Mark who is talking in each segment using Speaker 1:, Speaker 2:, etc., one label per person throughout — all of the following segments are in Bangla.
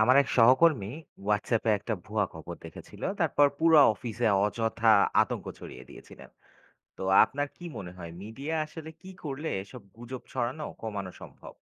Speaker 1: আমার এক সহকর্মী হোয়াটসঅ্যাপে একটা ভুয়া খবর দেখেছিল। তারপর পুরো অফিসে অযথা আতঙ্ক ছড়িয়ে দিয়েছিলেন। তো আপনার কি মনে হয়, মিডিয়া আসলে কি করলে এসব গুজব ছড়ানো কমানো সম্ভব?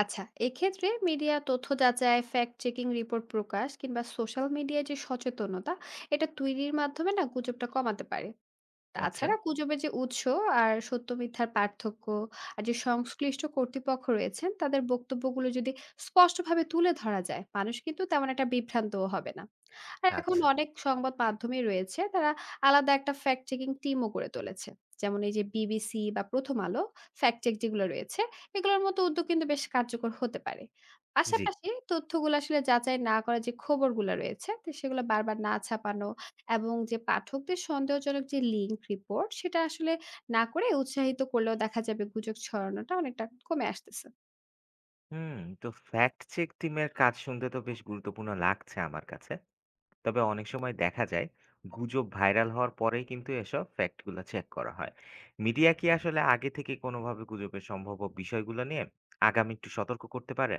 Speaker 2: আচ্ছা, এক্ষেত্রে মিডিয়া তথ্য যাচাই, ফ্যাক্ট চেকিং রিপোর্ট প্রকাশ কিংবা সোশ্যাল মিডিয়ায় যে সচেতনতা, এটা তৈরির মাধ্যমে না গুজবটা কমাতে পারে।
Speaker 1: আচ্ছা।
Speaker 2: তাছাড়া গুজবের যে উৎস আর সত্য মিথ্যার পার্থক্য আর যে সংশ্লিষ্ট কর্তৃপক্ষ রয়েছেন তাদের বক্তব্যগুলো যদি স্পষ্টভাবে তুলে ধরা যায়, মানুষ কিন্তু তেমন একটা বিভ্রান্তও হবে না। আর এখন
Speaker 1: আচ্ছা।
Speaker 2: অনেক সংবাদ মাধ্যমে রয়েছে, তারা আলাদা একটা ফ্যাক্ট চেকিং টিমও করে তুলেছে। যেমন এই যে বিবিসি বা প্রথম আলো ফ্যাক্ট চেক যেগুলো রয়েছে, এগুলোর মতো উদ্যোগ কিন্তু বেশ কার্যকর হতে পারে।
Speaker 1: জি।
Speaker 2: পাশাপাশি তথ্যগুলো আসলে যাচাই না করা যে খবরগুলো রয়েছে, তো সেগুলো বারবার না ছাপানো এবং যে পাঠকদের সন্দেহজনক যে লিঙ্ক রিপোর্ট সেটা আসলে না করে উৎসাহিত করলেও দেখা যাবে গুজব ছড়ানোটা অনেকটা কমে আসতেছে।
Speaker 1: হুম। তো ফ্যাক্ট চেক টিমের কাজ শুনতে তো বেশ গুরুত্বপূর্ণ লাগছে আমার কাছে। তবে অনেক সময় দেখা যায় গুজব ভাইরাল হওয়ার পরেই কিন্তু এসব ফ্যাক্টগুলো চেক করা হয়। মিডিয়া কি আসলে আগে থেকে কোনোভাবে গুজবের সম্ভাব্য বিষয়গুলো নিয়ে আগামী একটু সতর্ক করতে পারে?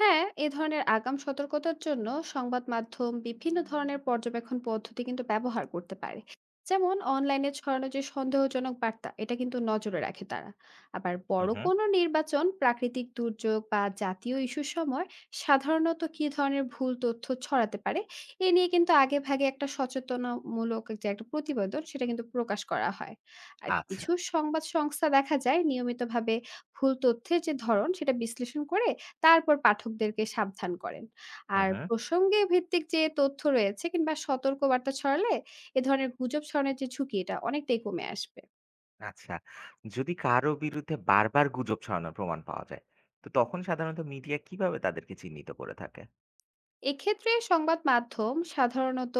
Speaker 2: হ্যাঁ, এ ধরনের আগাম সতর্কতার জন্য সংবাদ মাধ্যম বিভিন্ন ধরনের পর্যবেক্ষণ পদ্ধতি কিন্তু ব্যবহার করতে পারে। যেমন অনলাইনে ছড়ানো যে সন্দেহজনক বার্তা, এটা কিন্তু নজরে রাখে তারা। আবার
Speaker 1: হুম,
Speaker 2: বড়
Speaker 1: হুম।
Speaker 2: কোনো নির্বাচন, প্রাকৃতিক দুর্যোগ বা জাতীয় ইস্যুর সময় সাধারণত কি ধরনের ভুল তথ্য ছড়াতে পারে, এ নিয়ে কিন্তু আগে ভাগে একটা সচেতনামূলক যে একটা প্রতিবেদন সেটা কিন্তু প্রকাশ করা হয়। আর
Speaker 1: আচ্ছা।
Speaker 2: কিছু সংবাদ সংস্থা দেখা যায় নিয়মিতভাবে ভুল তথ্যের যে ধরন সেটা বিশ্লেষণ করে তারপর পাঠকদেরকে সাবধান করেন।
Speaker 1: হুম,
Speaker 2: আর
Speaker 1: হুম।
Speaker 2: প্রসঙ্গে ভিত্তিক যে তথ্য রয়েছে কিংবা সতর্কবার্তা ছড়ালে এ ধরনের গুজব ছড়ানোর যে ঝুঁকি এটা অনেকটাই কমে আসবে।
Speaker 1: আচ্ছা। যদি কারো বিরুদ্ধে বারবার গুজব ছড়ানোর প্রমাণ পাওয়া যায়, তো তখন সাধারণত মিডিয়া কিভাবে তাদেরকে চিহ্নিত করে থাকে?
Speaker 2: এক্ষেত্রে সংবাদ মাধ্যম সাধারণত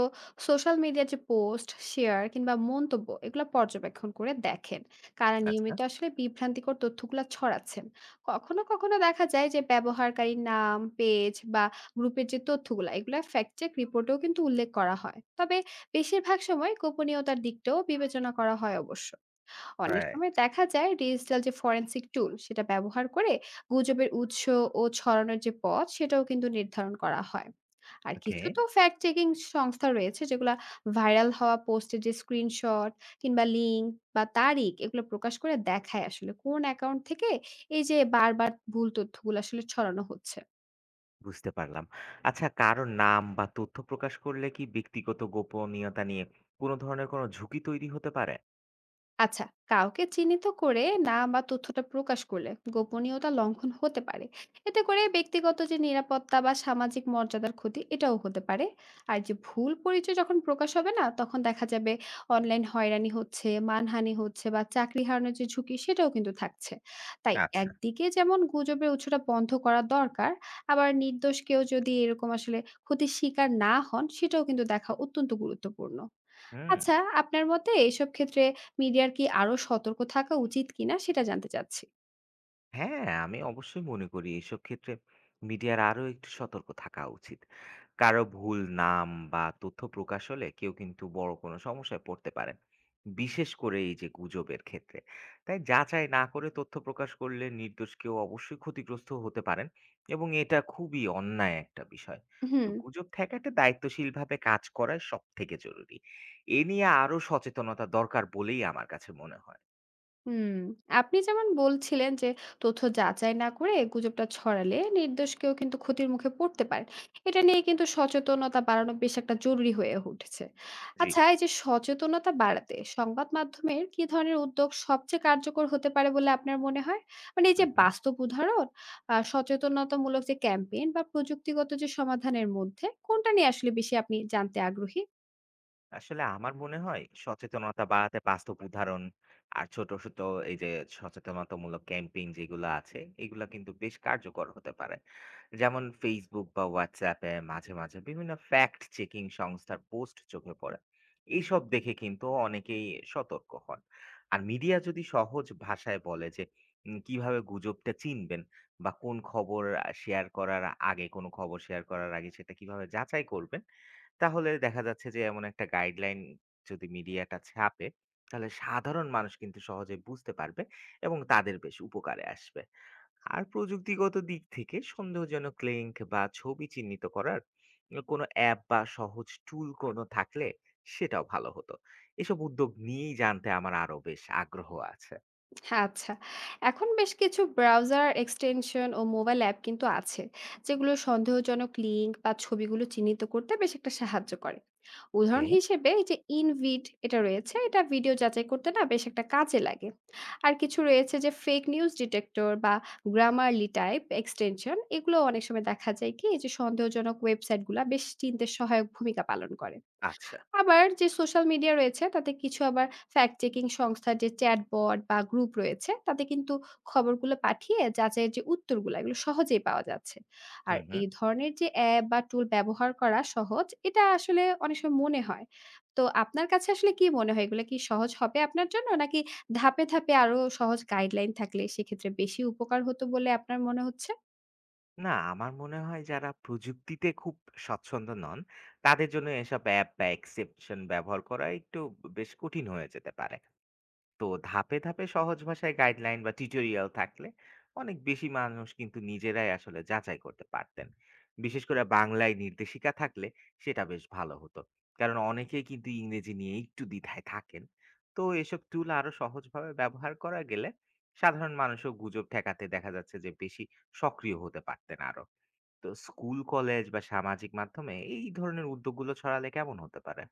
Speaker 2: সোশ্যাল মিডিয়া যে পোস্ট শেয়ার কিংবা মন্তব্য, এগুলো পর্যবেক্ষণ করে দেখেন কারা
Speaker 1: আচ্ছা।
Speaker 2: নিয়মিত আসলে বিভ্রান্তিকর তথ্যগুলো ছড়াচ্ছেন। কখনো কখনো দেখা যায় যে ব্যবহারকারীর নাম, পেজ বা গ্রুপের যে তথ্যগুলো এগুলো ফ্যাক্ট চেক রিপোর্টেও কিন্তু উল্লেখ করা হয়, তবে বেশিরভাগ সময় গোপনীয়তার দিকটাও বিবেচনা করা হয় অবশ্য। অনেক
Speaker 1: রাইট।
Speaker 2: সময় দেখা যায় ডিজিটাল যে ফরেনসিক টুল সেটা ব্যবহার করে গুজবের উৎস ও ছড়ানোর যে পথ সেটাও কিন্তু নির্ধারণ করা হয়। আর
Speaker 1: ওকে।
Speaker 2: কিছু তো ফ্যাক্ট চেকিং সংস্থা রয়েছে যেগুলা ভাইরাল হওয়া পোস্টের যে স্ক্রিনশট কিংবা লিঙ্ক বা তারিখ এগুলো প্রকাশ করে দেখায় আসলে কোন অ্যাকাউন্ট থেকে এই যে বারবার ভুল তথ্যগুলো আসলে ছড়ানো হচ্ছে।
Speaker 1: বুঝতে পারলাম। আচ্ছা, কারো নাম বা তথ্য প্রকাশ করলে কি ব্যক্তিগত গোপনীয়তা নিয়ে কোনো ধরনের কোনো ঝুঁকি তৈরি হতে পারে?
Speaker 2: আচ্ছা, কাউকে চিহ্নিত করে নাম বা তথ্যটা প্রকাশ করলে গোপনীয়তা লঙ্ঘন হতে পারে। এতে করে ব্যক্তিগত যে নিরাপত্তা বা সামাজিক মর্যাদার ক্ষতি এটাও হতে পারে। আর যে ভুল পরিচয় যখন প্রকাশ হবে না, তখন দেখা যাবে অনলাইন হয়রানি হচ্ছে, মানহানি হচ্ছে বা চাকরি হারানোর যে ঝুঁকি সেটাও কিন্তু থাকছে। তাই
Speaker 1: আচ্ছা।
Speaker 2: একদিকে যেমন গুজবের উৎসটা বন্ধ করা দরকার, আবার নির্দোষ কেউ যদি এরকম আসলে ক্ষতির শিকার না হন সেটাও কিন্তু দেখা অত্যন্ত গুরুত্বপূর্ণ।
Speaker 1: হুম।
Speaker 2: আচ্ছা, আপনার মতে এসব ক্ষেত্রে মিডিয়ার কি আরো সতর্ক থাকা উচিত কিনা, সেটা জানতে চাচ্ছি?
Speaker 1: হ্যাঁ, আমি অবশ্যই মনে করি এসব ক্ষেত্রে মিডিয়ার আরো একটু সতর্ক থাকা উচিত। কারো ভুল নাম বা তথ্য প্রকাশ হলে কেউ কিন্তু বড় কোনো সমস্যায় পড়তে পারেন। বিশেষ করে এই যে গুজবের ক্ষেত্রে। তাই যাচাই না করে তথ্য প্রকাশ করলে নির্দোষ কেউ অবশ্যই ক্ষতিগ্রস্ত হতে পারেন, এবং এটা খুবই অন্যায় একটা বিষয়। তো
Speaker 2: হুম।
Speaker 1: গুজব ঠেকাতে দায়িত্বশীলভাবে কাজ করাই সবথেকে জরুরি। এ নিয়ে আরো সচেতনতা দরকার বলেই আমার কাছে মনে হয়।
Speaker 2: হুম, আপনি যেমন বলছিলেন যে তথ্য যাচাই না করে গুজবটা ছড়ালে নির্দোষ কেউ কিন্তু ক্ষতির মুখে পড়তে পারে, এটা নিয়ে কিন্তু সচেতনতা বাড়ানো বেশ একটা জরুরি হয়ে উঠেছে।
Speaker 1: জি।
Speaker 2: আচ্ছা, এই যে সচেতনতা বাড়াতে সংবাদ মাধ্যমের কি ধরনের উদ্যোগ সবচেয়ে কার্যকর হতে পারে বলে আপনার মনে হয়? মানে এই
Speaker 1: হু,
Speaker 2: যে
Speaker 1: হু।
Speaker 2: বাস্তব উদাহরণ, সচেতনতামূলক যে ক্যাম্পেইন বা প্রযুক্তিগত যে সমাধানের মধ্যে কোনটা নিয়ে আসলে বেশি আপনি জানতে আগ্রহী?
Speaker 1: আসলে আমার মনে হয় সচেতনতা বাড়াতে বাস্তব উদাহরণ আর ছোট ছোট এই যে সচেতনতামূলক ক্যাম্পেইন যেগুলো আছে, এগুলো কিন্তু বেশ কার্যকর হতে পারে। যেমন ফেসবুক বা হোয়াটসঅ্যাপে মাঝে মাঝে বিভিন্ন ফ্যাক্ট চেকিং সংস্থার পোস্ট চোখে পড়ে। এইসব দেখে কিন্তু অনেকেই সতর্ক হন। আর মিডিয়া যদি সহজ ভাষায় বলে যে কিভাবে গুজবটা চিনবেন, বা শেয়ার করার কোনো খবর শেয়ার করার আগে সেটা কিভাবে যাচাই করবেন, তাহলে দেখা যাচ্ছে যে এমন একটা গাইডলাইন যদি মিডিয়াটা ছাপে, তাহলে সাধারণ মানুষ কিন্তু সহজে বুঝতে পারবে এবং তাদের বেশ উপকারে আসবে। আর প্রযুক্তিগত দিক থেকে সন্দেহজনক লিঙ্ক বা ছবি চিহ্নিত করার কোনো অ্যাপ বা সহজ টুল কোনো থাকলে সেটাও ভালো হতো। এসব উদ্যোগ নিয়েই জানতে আমার আরো বেশ আগ্রহ আছে।
Speaker 2: আচ্ছা। এখন বেশ কিছু ব্রাউজার এক্সটেনশন ও মোবাইল অ্যাপ কিন্তু আছে, যেগুলো সন্দেহজনক লিঙ্ক বা ছবিগুলো চিহ্নিত করতে বেশ একটা সাহায্য করে।
Speaker 1: ওকে।
Speaker 2: উদাহরণ হিসেবে এই যে ইনভিড এটা রয়েছে, এটা ভিডিও যাচাই করতে না বেশ একটা কাজে লাগে। আর কিছু রয়েছে যে ফেক নিউজ ডিটেক্টর বা গ্রামারলি টাইপ এক্সটেনশন, এগুলো অনেক সময় দেখা যায় কি এই যে সন্দেহজনক ওয়েবসাইটগুলা বেশ চিনতে সহায়ক ভূমিকা পালন করে।
Speaker 1: আচ্ছা।
Speaker 2: আবার যে সোশ্যাল মিডিয়া রয়েছে তাতে কিছু আবার ফ্যাক্ট চেকিং সংস্থার যে চ্যাটবট বা গ্রুপ রয়েছে, তাতে কিন্তু খবরগুলো পাঠিয়ে যাচাইয়ের যে উত্তরগুলো এগুলো সহজেই পাওয়া যাচ্ছে। আর
Speaker 1: হুম, হুম।
Speaker 2: এই ধরনের যে অ্যাপ বা টুল ব্যবহার করা সহজ, এটা আসলে অনেক সময় মনে হয়। তো আপনার কাছে আসলে কি মনে হয়, এগুলো কি সহজ হবে আপনার জন্য, নাকি ধাপে ধাপে আরো সহজ গাইডলাইন থাকলে সেক্ষেত্রে বেশি উপকার হতো বলে আপনার মনে হচ্ছে?
Speaker 1: না, আমার মনে হয় যারা প্রযুক্তিতে খুব স্বচ্ছন্দ নন, তাদের জন্য এসব অ্যাপ বা এক্সেপশন ব্যবহার করা একটু বেশ কঠিন হয়ে যেতে পারে। তো ধাপে, ধাপে সহজ ভাষায় গাইডলাইন বা টিউটোরিয়াল থাকলে অনেক বেশি মানুষ কিন্তু নিজেরাই আসলে যাচাই করতে পারতেন। বিশেষ করে বাংলায় নির্দেশিকা থাকলে সেটা বেশ ভালো হতো। কারণ অনেকেই কিন্তু ইংরেজি নিয়ে একটু দ্বিধায় থাকেন। তো এসব টুল আরো সহজভাবে ব্যবহার করা গেলে সাধারণ মানুষও গুজব ঠেকাতে দেখা যাচ্ছে যে বেশি সক্রিয় হতে পারতেন আরো। তো স্কুল, কলেজ বা সামাজিক মাধ্যমে এই ধরনের উদ্যোগগুলো ছড়ালে কেমন হতে পারে?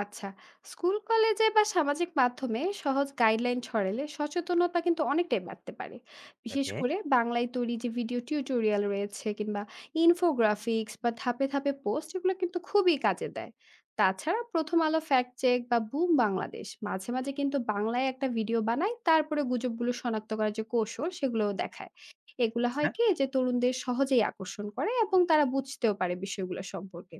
Speaker 2: আচ্ছা, স্কুল, কলেজে বা সামাজিক মাধ্যমে সহজ গাইডলাইন ছড়ালে সচেতনতা কিন্তু অনেকটাই বাড়তে পারে। বিশেষ
Speaker 1: ওকে।
Speaker 2: করে বাংলায় তৈরি যে ভিডিও টিউটোরিয়াল রয়েছে কিংবা ইনফোগ্রাফিক্স বা ধাপে, ধাপে পোস্ট, এগুলো কিন্তু খুবই কাজে দেয়। তাছাড়া 'প্রথম আলো ফ্যাক্ট চেক' বা 'বুম বাংলাদেশ' মাঝে, মাঝে কিন্তু বাংলায় একটা ভিডিও বানায়, তারপরে গুজবগুলো শনাক্ত করার যে কৌশল সেগুলোও দেখায়। এগুলো
Speaker 1: আচ্ছা।
Speaker 2: হয় কি যে তরুণদের সহজেই আকর্ষণ করে এবং তারা বুঝতেও পারে বিষয়গুলো সম্পর্কে।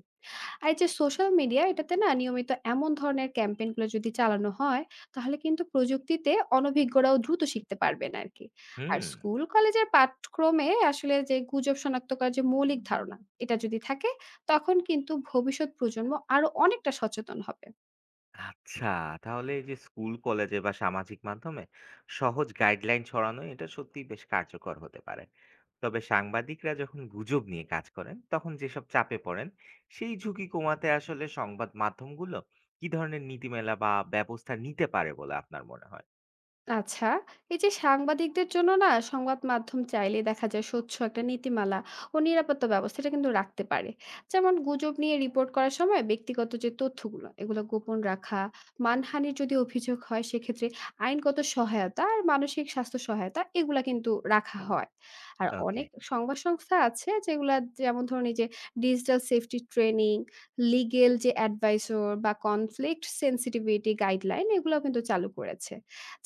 Speaker 2: আর এই যে সোশ্যাল মিডিয়া, এটাতে না নিয়মিত এমন ধরনের ক্যাম্পেইন গুলো যদি চালানো হয়, তাহলে কিন্তু প্রযুক্তিতে অনভিজ্ঞরাও দ্রুত শিখতে পারবেন আর কি। আর
Speaker 1: হুম।
Speaker 2: স্কুল কলেজের পাঠক্রমে আসলে যে গুজব শনাক্ত করার যে মৌলিক ধারণা, এটা যদি থাকে তখন কিন্তু ভবিষ্যৎ প্রজন্ম আরো অনেকটা সচেতন হবে।
Speaker 1: আচ্ছা। তাহলে এই যে স্কুল, কলেজে বা সামাজিক মাধ্যমে সহজ গাইডলাইন ছড়ানো এটা সত্যি বেশ কার্যকর হতে পারে। তবে সাংবাদিকরা যখন গুজব নিয়ে কাজ করেন তখন যেসব চাপে পড়েন, সেই ঝুঁকি কমাতে আসলে সংবাদ মাধ্যমগুলো কি ধরনের নীতিমালা বা ব্যবস্থা নিতে পারে বলে আপনার মনে হয়?
Speaker 2: আচ্ছা, এই যে সাংবাদিকদের জন্য না, সংবাদ মাধ্যম চাইলে দেখা যায় স্বচ্ছ একটা নীতিমালা ও নিরাপত্তা ব্যবস্থা এটা কিন্তু রাখতে পারে। যেমন গুজব নিয়ে রিপোর্ট করার সময় ব্যক্তিগত যে তথ্যগুলো এগুলো গোপন রাখা, মানহানির যদি অভিযোগ হয় সেক্ষেত্রে আইনগত সহায়তা আর মানসিক স্বাস্থ্য সহায়তা, এগুলা কিন্তু রাখা হয়। আর
Speaker 1: ওকে।
Speaker 2: অনেক সংবাদ সংস্থা আছে যেগুলা, যেমন ধরুন এই যে ডিজিটাল সেফটি ট্রেনিং, লিগ্যাল যে অ্যাডভাইসর বা কনফ্লিক্ট সেনসিটিভিটি গাইডলাইন, এগুলাও কিন্তু চালু করেছে।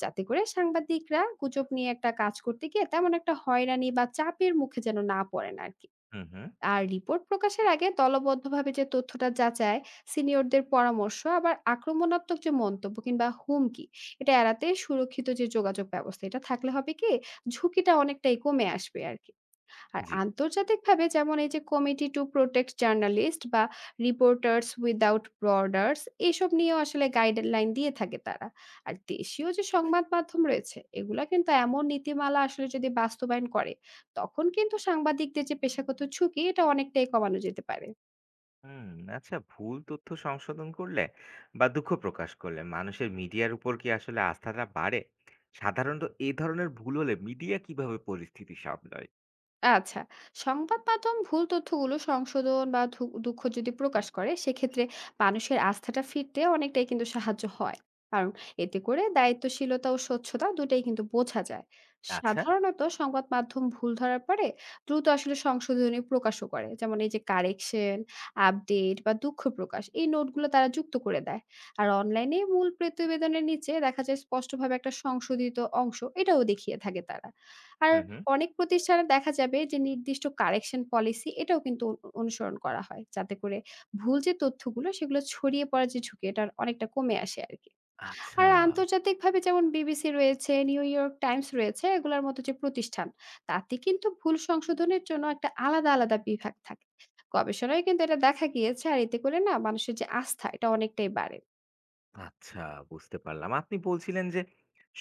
Speaker 2: যাতে করে সাংবাদিকরা গুজব নিয়ে একটা কাজ করতে গিয়ে তেমন একটা হয়রানি বা চাপের মুখে যেন না পড়েন আরকি।
Speaker 1: হুম, হুম।
Speaker 2: আর রিপোর্ট প্রকাশের আগে দলবদ্ধভাবে যে তথ্যটা যাচাই, সিনিয়রদের পরামর্শ, আবার আক্রমণাত্মক যে মন্তব্য কিংবা হুমকি, এটা এড়াতে সুরক্ষিত যে যোগাযোগ ব্যবস্থা এটা থাকলে হবে কি, ঝুঁকিটা অনেকটাই কমে আসবে আরকি। আর
Speaker 1: জি।
Speaker 2: আন্তর্জাতিকভাবে যেমন এই যে কমিটি টু প্রোটেক্ট জার্নালিস্ট বা রিপোর্টার্স উইদাউট বর্ডার্স, এসব নিয়েও আসলে গাইডলাইন দিয়ে থাকে তারা। আর দেশীয় যে সংবাদ মাধ্যম রয়েছে, এগুলা কিন্তু এমন নীতিমালা আসলে যদি বাস্তবায়ন করে, তখন কিন্তু সাংবাদিকদের যে পেশাগত ঝুঁকি এটা অনেকটাই কমানো যেতে পারে।
Speaker 1: হুম। আচ্ছা, ভুল তথ্য সংশোধন করলে বা দুঃখ প্রকাশ করলে মানুষের মিডিয়ার উপর কি আসলে আস্থাটা বাড়ে? সাধারণত এই ধরনের ভুল হলে মিডিয়া কিভাবে পরিস্থিতি সামলায়?
Speaker 2: আচ্ছা, সংবাদ মাধ্যম ভুল তথ্যগুলো সংশোধন বা দুঃখ যদি প্রকাশ করে, সেক্ষেত্রে মানুষের আস্থাটা ফিরতে অনেকটাই কিন্তু সাহায্য হয়। কারণ এতে করে দায়িত্বশীলতা ও স্বচ্ছতা দুটাই কিন্তু বোঝা যায়।
Speaker 1: আচ্ছা।
Speaker 2: সাধারণত সংবাদ মাধ্যম ভুল ধরার পরে দ্রুত আসলে সংশোধনী প্রকাশও করে। যেমন এই যে কারেকশন, আপডেট বা দুঃখ প্রকাশ, এই নোটগুলো তারা যুক্ত করে দেয়। আর অনলাইনে মূল প্রতিবেদনের নিচে দেখা যায় স্পষ্টভাবে একটা সংশোধিত অংশ, এটাও দেখিয়ে থাকে তারা। আর
Speaker 1: হুম, হুম।
Speaker 2: অনেক প্রতিষ্ঠানে দেখা যাবে যে নির্দিষ্ট কারেকশন পলিসি, এটাও কিন্তু অনুসরণ করা হয়। যাতে করে ভুল যে তথ্যগুলো সেগুলো ছড়িয়ে পড়ার যে ঝুঁকি এটা অনেকটা কমে আসে আরকি।
Speaker 1: আচ্ছা।
Speaker 2: আর আন্তর্জাতিকভাবে যেমন বিবিসি রয়েছে, নিউ ইয়র্ক টাইমস রয়েছে, এগুলার মতো যে প্রতিষ্ঠান, তাতে কিন্তু ভুল সংশোধনের জন্য একটা আলাদা, আলাদা বিভাগ থাকে। গবেষণায় কিন্তু এটা দেখা গিয়েছে, আর এতে করে না মানুষের যে আস্থা এটা অনেকটাই বাড়ে।
Speaker 1: আচ্ছা, বুঝতে পারলাম। আপনি বলছিলেন যে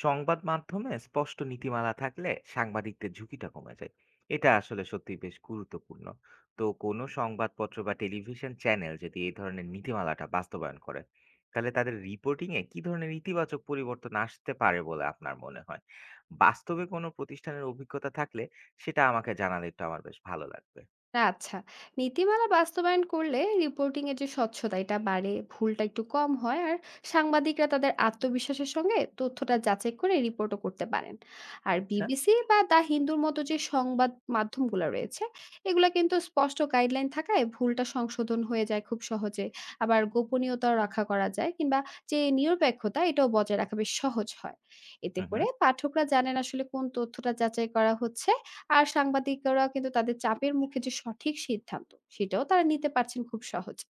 Speaker 1: সংবাদ মাধ্যমে স্পষ্ট নীতিমালা থাকলে সাংবাদিকদের ঝুঁকিটা কমে যায়। এটা আসলে সত্যি বেশ গুরুত্বপূর্ণ। তো কোনো সংবাদপত্র বা টেলিভিশন চ্যানেল যদি এই ধরনের নীতিমালাটা বাস্তবায়ন করে, তাহলে তাদের রিপোর্টিং এ কি ধরনের ইতিবাচক পরিবর্তন আসতে পারে বলে আপনার মনে হয়? বাস্তবে কোনো প্রতিষ্ঠানের অভিজ্ঞতা থাকলে সেটা আমাকে জানালে একটু আমার বেশ ভালো লাগবে।
Speaker 2: আচ্ছা। নীতিমালা বাস্তবায়ন করলে রিপোর্টিং এর যে স্বচ্ছতা এটা বাড়ে, ভুলটা একটু কম হয়, আর সাংবাদিকরা তাদের আত্মবিশ্বাসের সঙ্গে তথ্যটা যাচাই করে রিপোর্টও করতে পারেন। আর
Speaker 1: আচ্ছা।
Speaker 2: বিবিসি বা দা হিন্দুর মতো যে সংবাদ মাধ্যমগুলো রয়েছে, এগুলা কিন্তু স্পষ্ট গাইডলাইন থাকায় ভুলটা সংশোধন হয়ে যায় খুব সহজে। আবার গোপনীয়তাও রক্ষা করা যায় কিংবা যে নিরপেক্ষতা এটাও বজায় রাখা বেশ সহজ হয়। এতে
Speaker 1: হুম, হুম।
Speaker 2: করে পাঠকরা জানেন আসলে কোন তথ্যটা যাচাই করা হচ্ছে, আর সাংবাদিকরা কিন্তু তাদের চাপের মুখে যে সঠিক সিদ্ধান্ত সেটাও তারা নিতে পারছেন খুব সহজে।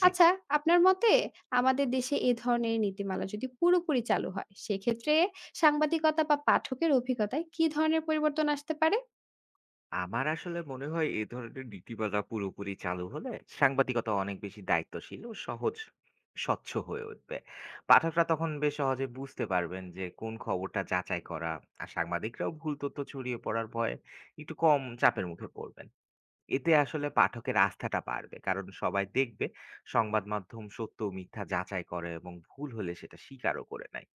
Speaker 1: জি।
Speaker 2: আচ্ছা, আপনার মতে আমাদের দেশে এ ধরনের নীতিমালা যদি পুরোপুরি চালু হয়, সেক্ষেত্রে সাংবাদিকতা বা পাঠকের অভিজ্ঞতায় কি ধরনের পরিবর্তন আসতে পারে?
Speaker 1: আমার আসলে মনে হয় এ ধরনের নীতিমালা পুরোপুরি চালু হলে সাংবাদিকতা অনেক বেশি দায়িত্বশীল ও সহজ, স্বচ্ছ হয়ে উঠবে। পাঠকরা তখন বেশ সহজে বুঝতে পারবেন যে কোন খবরটা যাচাই করা। আর সাংবাদিকরাও ভুল তথ্য ছড়িয়ে পড়ার ভয়ে একটু কম চাপের মুখে পড়বেন। এতে আসলে পাঠকের আস্থাটা বাড়বে। কারণ সবাই দেখবে সংবাদ মাধ্যম সত্য ও মিথ্যা যাচাই করে এবং ভুল হলে সেটা স্বীকারও করে নেয়।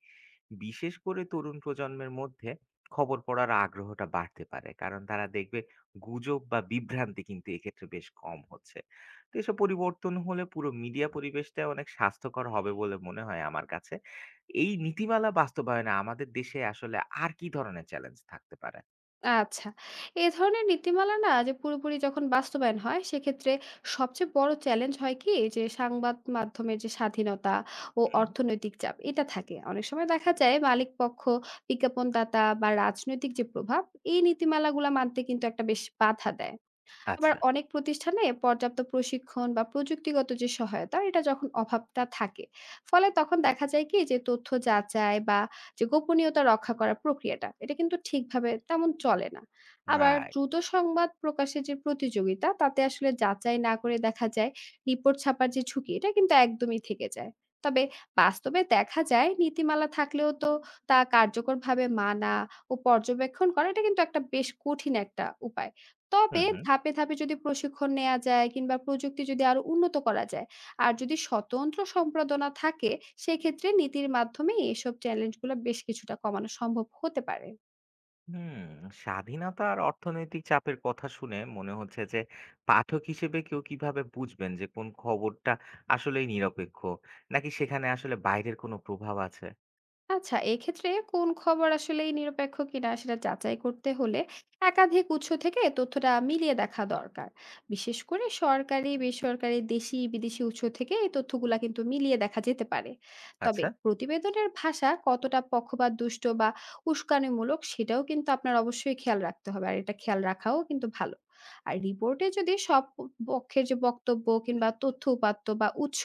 Speaker 1: বিশেষ করে তরুণ প্রজন্মের মধ্যে খবর পড়ার আগ্রহটা বাড়তে পারে। কারণ তারা দেখবে গুজব বা বিভ্রান্তি কিন্তু এক্ষেত্রে বেশ কম হচ্ছে। তো এসব পরিবর্তন হলে পুরো মিডিয়া পরিবেশটা অনেক স্বাস্থ্যকর হবে বলে মনে হয় আমার কাছে। এই নীতিমালা বাস্তবায়নে আমাদের দেশে আসলে আর কি ধরনের চ্যালেঞ্জ থাকতে পারে?
Speaker 2: আচ্ছা। এ ধরনের নীতিমালা না যে পুরোপুরি যখন বাস্তবায়ন হয়, সেক্ষেত্রে সবচেয়ে বড় চ্যালেঞ্জ হয় কি, যে সংবাদ মাধ্যমের যে স্বাধীনতা ও
Speaker 1: হুম।
Speaker 2: অর্থনৈতিক চাপ এটা থাকে। অনেক সময় দেখা যায় মালিক পক্ষ, বিজ্ঞাপনদাতা বা রাজনৈতিক যে প্রভাব, এই নীতিমালাগুলা মানতে কিন্তু একটা বেশ বাধা দেয়। আবার
Speaker 1: আচ্ছা।
Speaker 2: অনেক প্রতিষ্ঠানে পর্যাপ্ত প্রশিক্ষণ বা প্রযুক্তিগত যে সহায়তা, এটা যখন অভাবটা থাকে, ফলে তখন দেখা যায় কি যে তথ্য যাচাই বা যে গোপনীয়তা রক্ষা করার প্রক্রিয়াটা এটা কিন্তু ঠিকভাবে তেমন চলে না। আবার
Speaker 1: রাইট।
Speaker 2: দ্রুত সংবাদ প্রকাশের যে প্রতিযোগিতা, তাতে আসলে যাচাই না করে দেখা যায় রিপোর্ট ছাপার যে ঝুঁকি এটা কিন্তু একদমই থেকে যায়। তবে বাস্তবে দেখা যায় নীতিমালা থাকলেও তো তা কার্যকরভাবে মানা ও পর্যবেক্ষণ করা এটা কিন্তু একটা বেশ কঠিন একটা উপায়। তবে
Speaker 1: হুম, হুম।
Speaker 2: ধাপে, ধাপে যদি প্রশিক্ষণ নেয়া যায় কিংবা প্রযুক্তি যদি আরো উন্নত করা যায় আর যদি স্বতন্ত্র সম্পাদনা থাকে, সেক্ষেত্রে নীতির মাধ্যমে এসব চ্যালেঞ্জগুলো বেশ কিছুটা কমানো সম্ভব হতে পারে।
Speaker 1: হুম, স্বাধীনতা আর অর্থনৈতিক চাপের কথা শুনে মনে হচ্ছে যে পাঠক হিসেবে কেউ কিভাবে বুঝবেন যে কোন খবরটা আসলেই নিরপেক্ষ, নাকি সেখানে আসলে বাইরের কোনো প্রভাব আছে?
Speaker 2: আচ্ছা, এক্ষেত্রে কোন খবর আসলেই নিরপেক্ষ কিনা সেটা যাচাই করতে হলে একাধিক উৎস থেকে তথ্যটা মিলিয়ে দেখা দরকার। বিশেষ করে সরকারি, বেসরকারি, দেশি, বিদেশি উৎস থেকে এই তথ্যগুলা কিন্তু মিলিয়ে দেখা যেতে পারে। তবে
Speaker 1: আচ্ছা।
Speaker 2: প্রতিবেদনের ভাষা কতটা পক্ষপাত দুষ্ট বা উস্কানিমূলক সেটাও কিন্তু আপনার অবশ্যই খেয়াল রাখতে হবে। আর এটা খেয়াল রাখাও কিন্তু ভালো। আর রিপোর্টে যদি সব পক্ষের যে বক্তব্য কিংবা তথ্য উপাত্ত বা উৎস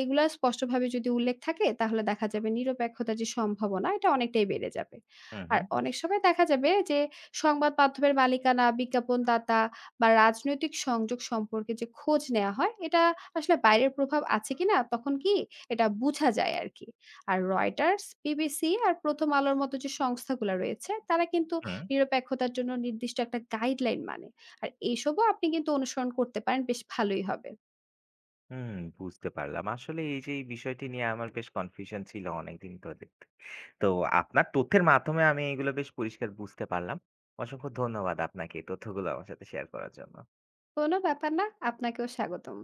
Speaker 2: এগুলা স্পষ্টভাবে যদি উল্লেখ থাকে, তাহলে দেখা যাবে নিরপেক্ষতার যে সম্ভাবনা এটা অনেকটাই বেড়ে যাবে।
Speaker 1: হুম,
Speaker 2: আর
Speaker 1: হুম।
Speaker 2: অনেক সময় দেখা যাবে যে সংবাদ মাধ্যমের মালিকানা, বিজ্ঞাপনদাতা বা রাজনৈতিক সংযোগ সম্পর্কে যে খোঁজ নেয়া হয়, এটা আসলে বাইরের প্রভাব আছে কিনা তখন কি এটা বুঝা যায় আরকি। আর Reuters, BBC আর প্রথম আলোর মতো যে সংস্থাগুলা রয়েছে, তারা কিন্তু
Speaker 1: হুম,
Speaker 2: নিরপেক্ষতার জন্য নির্দিষ্ট একটা গাইডলাইন মানে। আর এইসবও আপনি কিন্তু অনুসরণ করতে পারেন, বেশ ভালোই হবে।
Speaker 1: হুম। বুঝতে পারলাম। আসলে এই যে এই বিষয়টি নিয়ে আমার বেশ কনফিউশন ছিল অনেকদিন ধরে। তো আপনার তথ্যের মাধ্যমে আমি এগুলো বেশ পরিষ্কার বুঝতে পারলাম। অসংখ্য ধন্যবাদ আপনাকে এই তথ্যগুলো আমার সাথে শেয়ার করার জন্য।
Speaker 2: কোনো ব্যাপার না। আপনাকেও স্বাগতম।